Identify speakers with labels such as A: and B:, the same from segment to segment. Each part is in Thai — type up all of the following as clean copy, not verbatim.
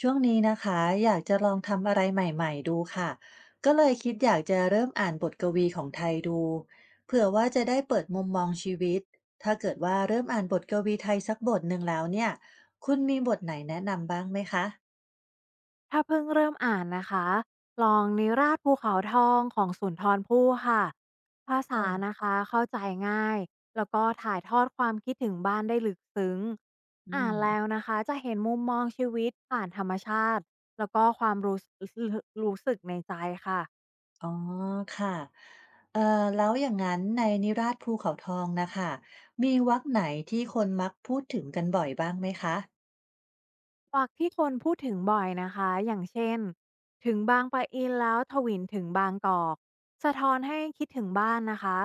A: ช่วงนี้นะคะอยากจะลองทำอะไรใหม่ๆดูค่ะก็เลยคิดอยากจะเริ่มอ่านบทกวีของไทยดูเผื่อว่าจะได้เปิดมุมมองชีวิตถ้าเกิดว่าเริ่มอ่านบทกวีไทยสักบทหนึ่งแล้วเนี่ยคุณมีบทไหนแนะนำบ้างไหมคะ
B: ถ้าเพิ่งเริ่มอ่านนะคะ ลองนิราศภูเขาทองของสุนทรภู่ค่ะ ภา
A: อ๋อ
B: ษานะคะเข้าใจง่าย แล้วก็ถ่ายทอดความคิดถึงบ้านได้ลึกซึ้ง
A: อื
B: อ่าน
A: ม
B: แล้วนะคะจะเห็นมุมมองชีวิตผ่านธรรมชาติ แล้วก็ความรู้สึกในใจค่ะ
A: อ๋อค่ะเอ่อแล้วอย่างนั้นในนิราศภูเขาทองนะคะมีวรรคไหนที่คนมักพูดถึงกันบ่อยบ้างไหมคะ
B: วักที่คนพูดถึงบ่อยนะคะอย่างเช่นถึงบางปะอินแล้วทวินถึงบางกอกสะท้อนให้คิดถึงบ้านนะคะ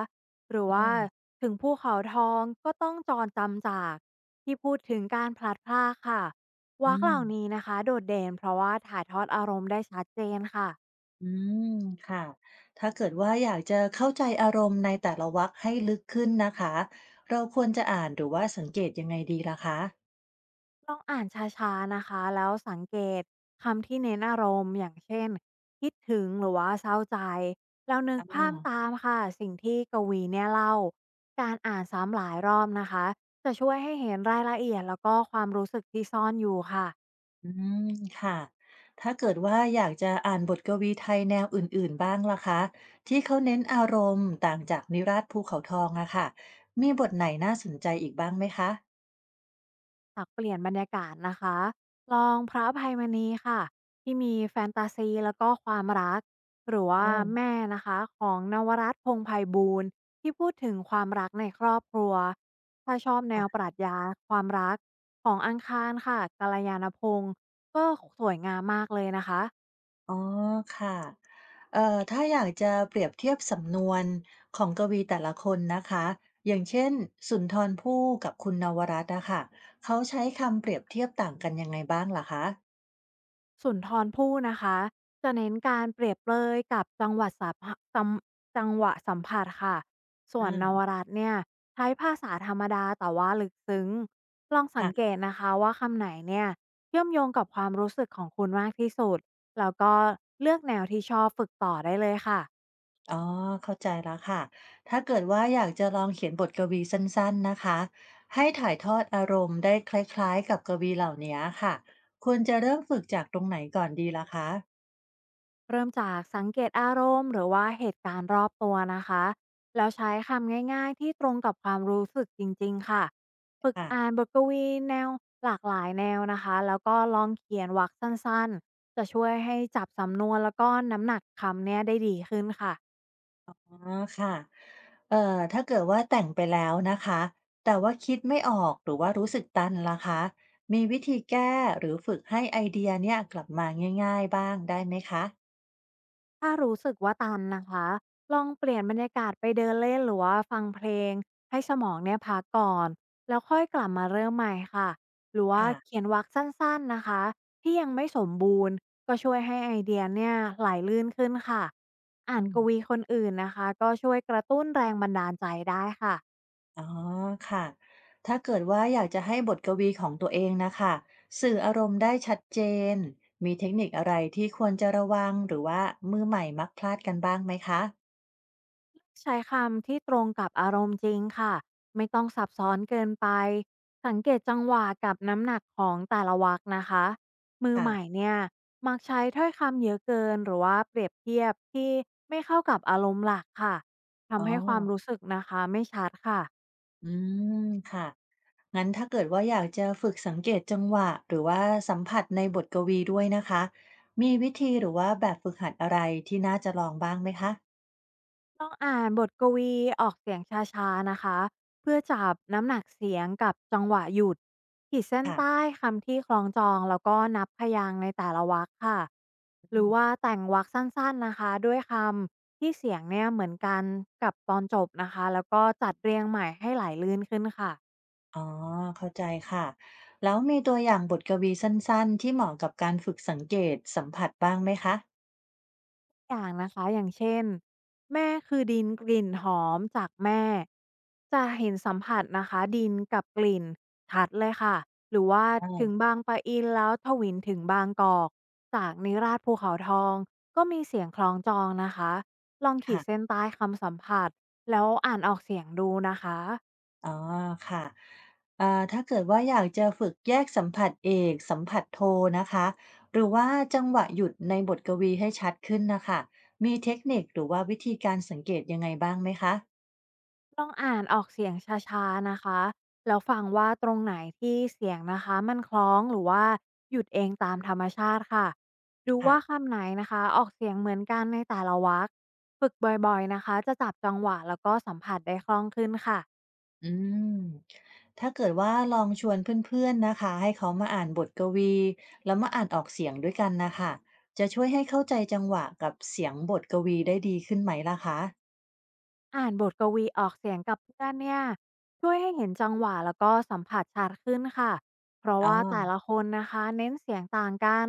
B: หรือว่า
A: อ่า
B: ถึงภูเขาทองก็ต้องจรจำจากที่พูดถึงการพลัดพรากค่ะวั
A: อื
B: กเห
A: ม
B: ล่านี้นะคะโดดเด่นเพราะว่าถ่ายทอดอารมณ์ได้ชัดเจนค่ะ
A: อืมค่ะถ้าเกิดว่าอยากจะเข้าใจอารมณ์ในแต่ละวรรคให้ลึกขึ้นนะคะเราควรจะอ่านหรือว่าสังเกตยังไงดีล่ะคะ
B: ลองอ่านช้าๆนะคะแล้วสังเกตคำที่เน้นอารมณ์อย่างเช่นคิดถึงหรือว่าเศร้าใจแล้วนึก
A: อ่
B: ภาพ
A: า
B: ตามค่ะสิ่งที่กวีเนี่ยเล่าการอ่านซ้ำหลายรอบนะคะจะช่วยให้เห็นรายละเอียดแล้วก็ความรู้สึกที่ซ่อนอยู่ค่ะ
A: อืมค่ะถ้าเกิดว่าอยากจะอ่านบทกวีไทยแนวอื่นๆบ้างล่ะคะที่เขาเน้นอารมณ์ต่างจากนิราศภูเขาทองอะค่ะมีบทไหนน่าสนใจอีกบ้างไหมคะ
B: หากเปลี่ยนบรรยากาศนะคะลองพระอภัยมณีค่ะที่มีแฟนตาซีแล้วก็ความรักหรือ
A: อ๋อ
B: ว่าแม่นะคะของนวรัตน์พงษ์ไพบูลย์ที่พูดถึงความรักในครอบครัวถ้าชอบแนวปรัชญาความรักของอังคารค่ะกัลยาณพงศ์ก็สวยงามมากเลยนะคะ
A: อ๋อค่ะเอ่อถ้าอยากจะเปรียบเทียบสำนวนของกวีแต่ละคนนะคะอย่างเช่นสุนทรภู่กับคุณนวรัตน์นะคะเขาใช้คำเปรียบเทียบต่างกันยังไงบ้างล่ะคะ
B: สุนทรภู่นะคะจะเน้นการเปรียบเลยกับจังหวะสัมผัสค่ะส่ว
A: อา
B: นนวรัตน์เนี่ยใช้ภาษาธรรมดาแต่ว่าลึกซึ้งลองสัง
A: ค่ะ
B: เกตนะคะว่าคำไหนเนี่ยเชื่อมโยงกับความรู้สึกของคุณมากที่สุดแล้วก็เลือกแนวที่ชอบฝึกต่อได้เลยค่ะ
A: อ๋อเข้าใจแล้วค่ะ ถ้าเกิดว่าอยากจะลองเขียนบทกวีสั้นๆนะคะให้ถ่ายทอดอารมณ์ได้คล้ายๆกับกวีเหล่านี้ค่ะควรจะเริ่มฝึกจากตรงไหนก่อนดีล่ะคะ
B: เริ่มจากสังเกตอารมณ์หรือว่าเหตุการณ์รอบตัวนะคะแล้วใช้คำง่ายๆที่ตรงกับความรู้สึกจริงๆค่ะฝึก
A: ค่ะ
B: อ่านบทกวีแนวหลากหลายแนวนะคะแล้วก็ลองเขียนวรรคสั้นๆจะช่วยให้จับสำนวนแล้วก็น้ำหนักคำเนี่ยได้ดีขึ้นค่ะ
A: อ๋อค่ะถ้าเกิดว่าแต่งไปแล้วนะคะแต่ว่าคิดไม่ออกหรือว่ารู้สึกตันล่ะคะมีวิธีแก้หรือฝึกให้ไอเดียเนี่ยกลับมาง่ายๆบ้างได้ไหมคะ
B: ถ้ารู้สึกว่าตันนะคะลองเปลี่ยนบรรยากาศไปเดินเล่นหรือว่าฟังเพลงให้สมองเนี่ยพักก่อนแล้วค่อยกลับมาเริ่มใหม่ค่ะหรือว่า
A: ค่ะ
B: เขียนวรรคสั้นๆนะคะที่ยังไม่สมบูรณ์ก็ช่วยให้ไอเดียเนี่ยไหลลื่นขึ้นค่ะอ่า
A: อื
B: นกวี
A: ม
B: คนอื่นนะคะก็ช่วยกระตุ้นแรงบันดาลใจได้ค่ะ
A: อ๋อค่ะถ้าเกิดว่าอยากจะให้บทกวีของตัวเองนะคะสื่ออารมณ์ได้ชัดเจนมีเทคนิคอะไรที่ควรจะระวังหรือว่ามือใหม่มักพลาดกันบ้างไหมคะ
B: ใช้คำที่ตรงกับอารมณ์จริงค่ะไม่ต้องซับซ้อนเกินไปสังเกตจังหวะกับน้ำหนักของแต่ละวรรคนะคะมือ
A: ค่ะ
B: ใหม่เนี่ยมักใช้ถ้อยคำเยอะเกินหรือว่าเปรียบเทียบที่ไม่เข้ากับอารมณ์หลักค่ะ
A: อ๋อ
B: ทำให้ความรู้สึกนะคะไม่ชัดค่ะ
A: อืมค่ะ งั้นถ้าเกิดว่าอยากจะฝึกสังเกตจังหวะหรือว่าสัมผัสในบทกวีด้วยนะคะมีวิธีหรือว่าแบบฝึกหัดอะไรที่น่าจะลองบ้างไหมคะ
B: ลองอ่านบทกวีออกเสียงช้าๆนะคะเพื่อจับน้ำหนักเสียงกับจังหวะหยุดขีดเส้น
A: ค่ะ
B: ใต้คำที่คล้องจองแล้วก็นับพยางค์ในแต่ละวรรคค่ะหรือ
A: อ
B: ว่าแต่งวรรคสั้นๆนะคะด้วยคำที่เสียงเนี่ยเหมือนกันกับตอนจบนะคะแล้วก็จัดเรียงใหม่ให้ไหลลื่นขึ้นค่ะ
A: ๋อเข้าใจค่ะแล้วมีตัวอย่างบทกวีสั้นๆที่เหมาะกับการฝึกสังเกตสัมผัสบ้างไหมคะ
B: อย่างนะคะอย่างเช่นแม่คือดินกลิ่นหอมจากแม่จะเห็นสัมผัสนะคะดินกับกลิ่นชัดเลยค่ะหรือว่า
A: อ่า
B: ถึงบางปะอินแล้วถวินถึงบางกอกจากนิราศภูเขาทองก็มีเสียงคล้องจองนะคะลองขีด
A: ค่ะ
B: เส้นใต้คำสัมผัสแล้วอ่านออกเสียงดูนะคะ
A: อ๋อค่ะถ้าเกิดว่าอยากจะฝึกแยกสัมผัสเอกสัมผัสโทนะคะหรือว่าจังหวะหยุดในบทกวีให้ชัดขึ้นนะคะมีเทคนิคหรือว่าวิธีการสังเกตยังไงบ้างไหมคะ
B: ลองอ่านออกเสียงช้าๆนะคะแล้วฟังว่าตรงไหนที่เสียงนะคะมันคล้องหรือว่าหยุดเองตามธรรมชาติค่ะดูว่า
A: ค่ะ
B: คำไหนนะคะออกเสียงเหมือนกันในแต่ละวรรคฝึกบ่อยๆนะคะจะจับจังหวะแล้วก็สัมผัสได้คล่องขึ้นค่ะ
A: อืมถ้าเกิดว่าลองชวนเพื่อนๆนะคะให้เขามาอ่านบทกวีแล้วมาอ่านออกเสียงด้วยกันนะคะจะช่วยให้เข้าใจจังหวะกับเสียงบทกวีได้ดีขึ้นไหมล่ะคะ
B: อ่านบทกวีออกเสียงกับเพื่อนเนี่ยช่วยให้เห็นจังหวะแล้วก็สัมผัสชัดขึ้นค่ะเพราะ
A: อ๋อ
B: ว่าแต่ละคนนะคะเน้นเสียงต่างกัน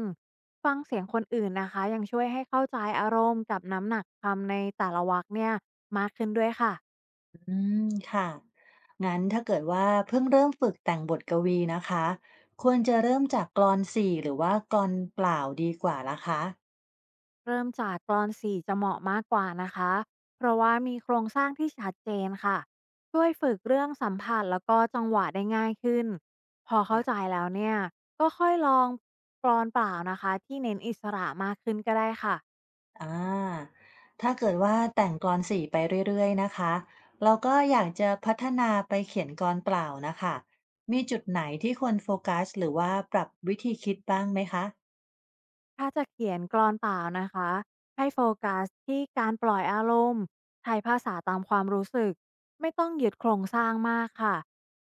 B: ฟังเสียงคนอื่นนะคะยังช่วยให้เข้าใจอารมณ์กับน้ำหนักคำในแต่ละวรรคเนี่ยมากขึ้นด้วยค่ะ
A: อืมค่ะงั้นถ้าเกิดว่าเพิ่งเริ่มฝึกแต่งบทกวีนะคะควรจะเริ่มจากกลอนสี่หรือว่ากลอนเปล่าดีกว่าล่ะคะ
B: เริ่มจากกรอนสี่จะเหมาะมากกว่านะคะ เพราะว่ามีโครงสร้างที่ชัดเจนค่ะช่วยฝึกเรื่องสัมผัสแล้วก็จังหวะได้ง่ายขึ้น พอเข้าใจ
A: อ่ะ
B: แล้วเนี่ยก็ค่อยลองกรอนเปล่านะคะที่เน้นอิสระมากขึ้นก็ได้ค่ะ
A: อ่าถ้าเกิดว่าแต่งกลอนสี่ไปเรื่อยๆนะคะเราก็อยากจะพัฒนาไปเขียนกลอนเปล่านะคะมีจุดไหนที่ควรโฟกัสหรือว่าปรับวิธีคิดบ้างไหมคะ
B: ถ้าจะเขียนกลอนเปล่านะคะให้โฟกัสที่การปล่อยอารมณ์ใช้ภาษาตามความรู้สึกไม่ต้องยึดโครงสร้างมากค่ะ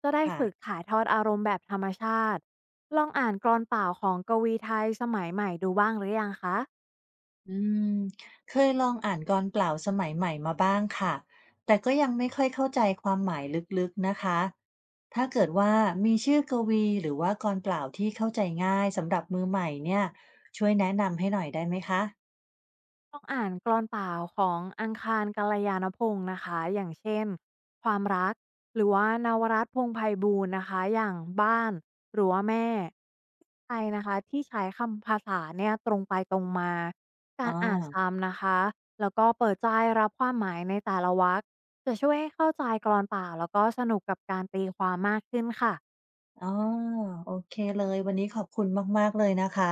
B: จะได้ฝึก
A: ค่ะ
B: ถ่ายทอดอารมณ์แบบธรรมชาติลองอ่านกลอนเปล่าของกวีไทยสมัยใหม่ดูบ้างหรือยังคะ
A: อืมเคยลองอ่านกลเปล่าสมัยใหม่มาบ้างค่ะแต่ก็ยังไม่ค่อยเข้าใจความหมายลึกๆนะคะถ้าเกิดว่ามีชื่อกวีหรือว่ากลเปล่าที่เข้าใจง่ายสำหรับมือใหม่เนี่ยช่วยแนะนำให้หน่อยได้ไหมคะ
B: ต้องอ่านกลอนเปล่าของอังคารกัลยาณพงศ์นะคะอย่างเช่นความรักหรือว่านวรัตน์พงษ์ไพบูลย์นะคะอย่างบ้านหรือว่าแม่ไทยนะคะที่ใช้คำภาษาเนี่ยตรงไปตรงมากา
A: อ๋อ
B: รอ่านซ้ำนะคะแล้วก็เปิดใจรับความหมายในแต่ละวรรคจะช่วยให้เข้าใจกลอนเปล่าแล้วก็สนุกกับการตีความมากขึ้นค่ะ
A: อ๋อโอเคเลยวันนี้ขอบคุณมากๆเลยนะคะ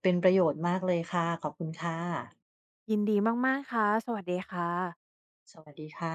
A: เป็นประโยชน์มากเลยค่ะขอบคุณค่ะ
B: ยินดีมากๆค่ะสวัสดีค่ะ
A: สวัสดีค่ะ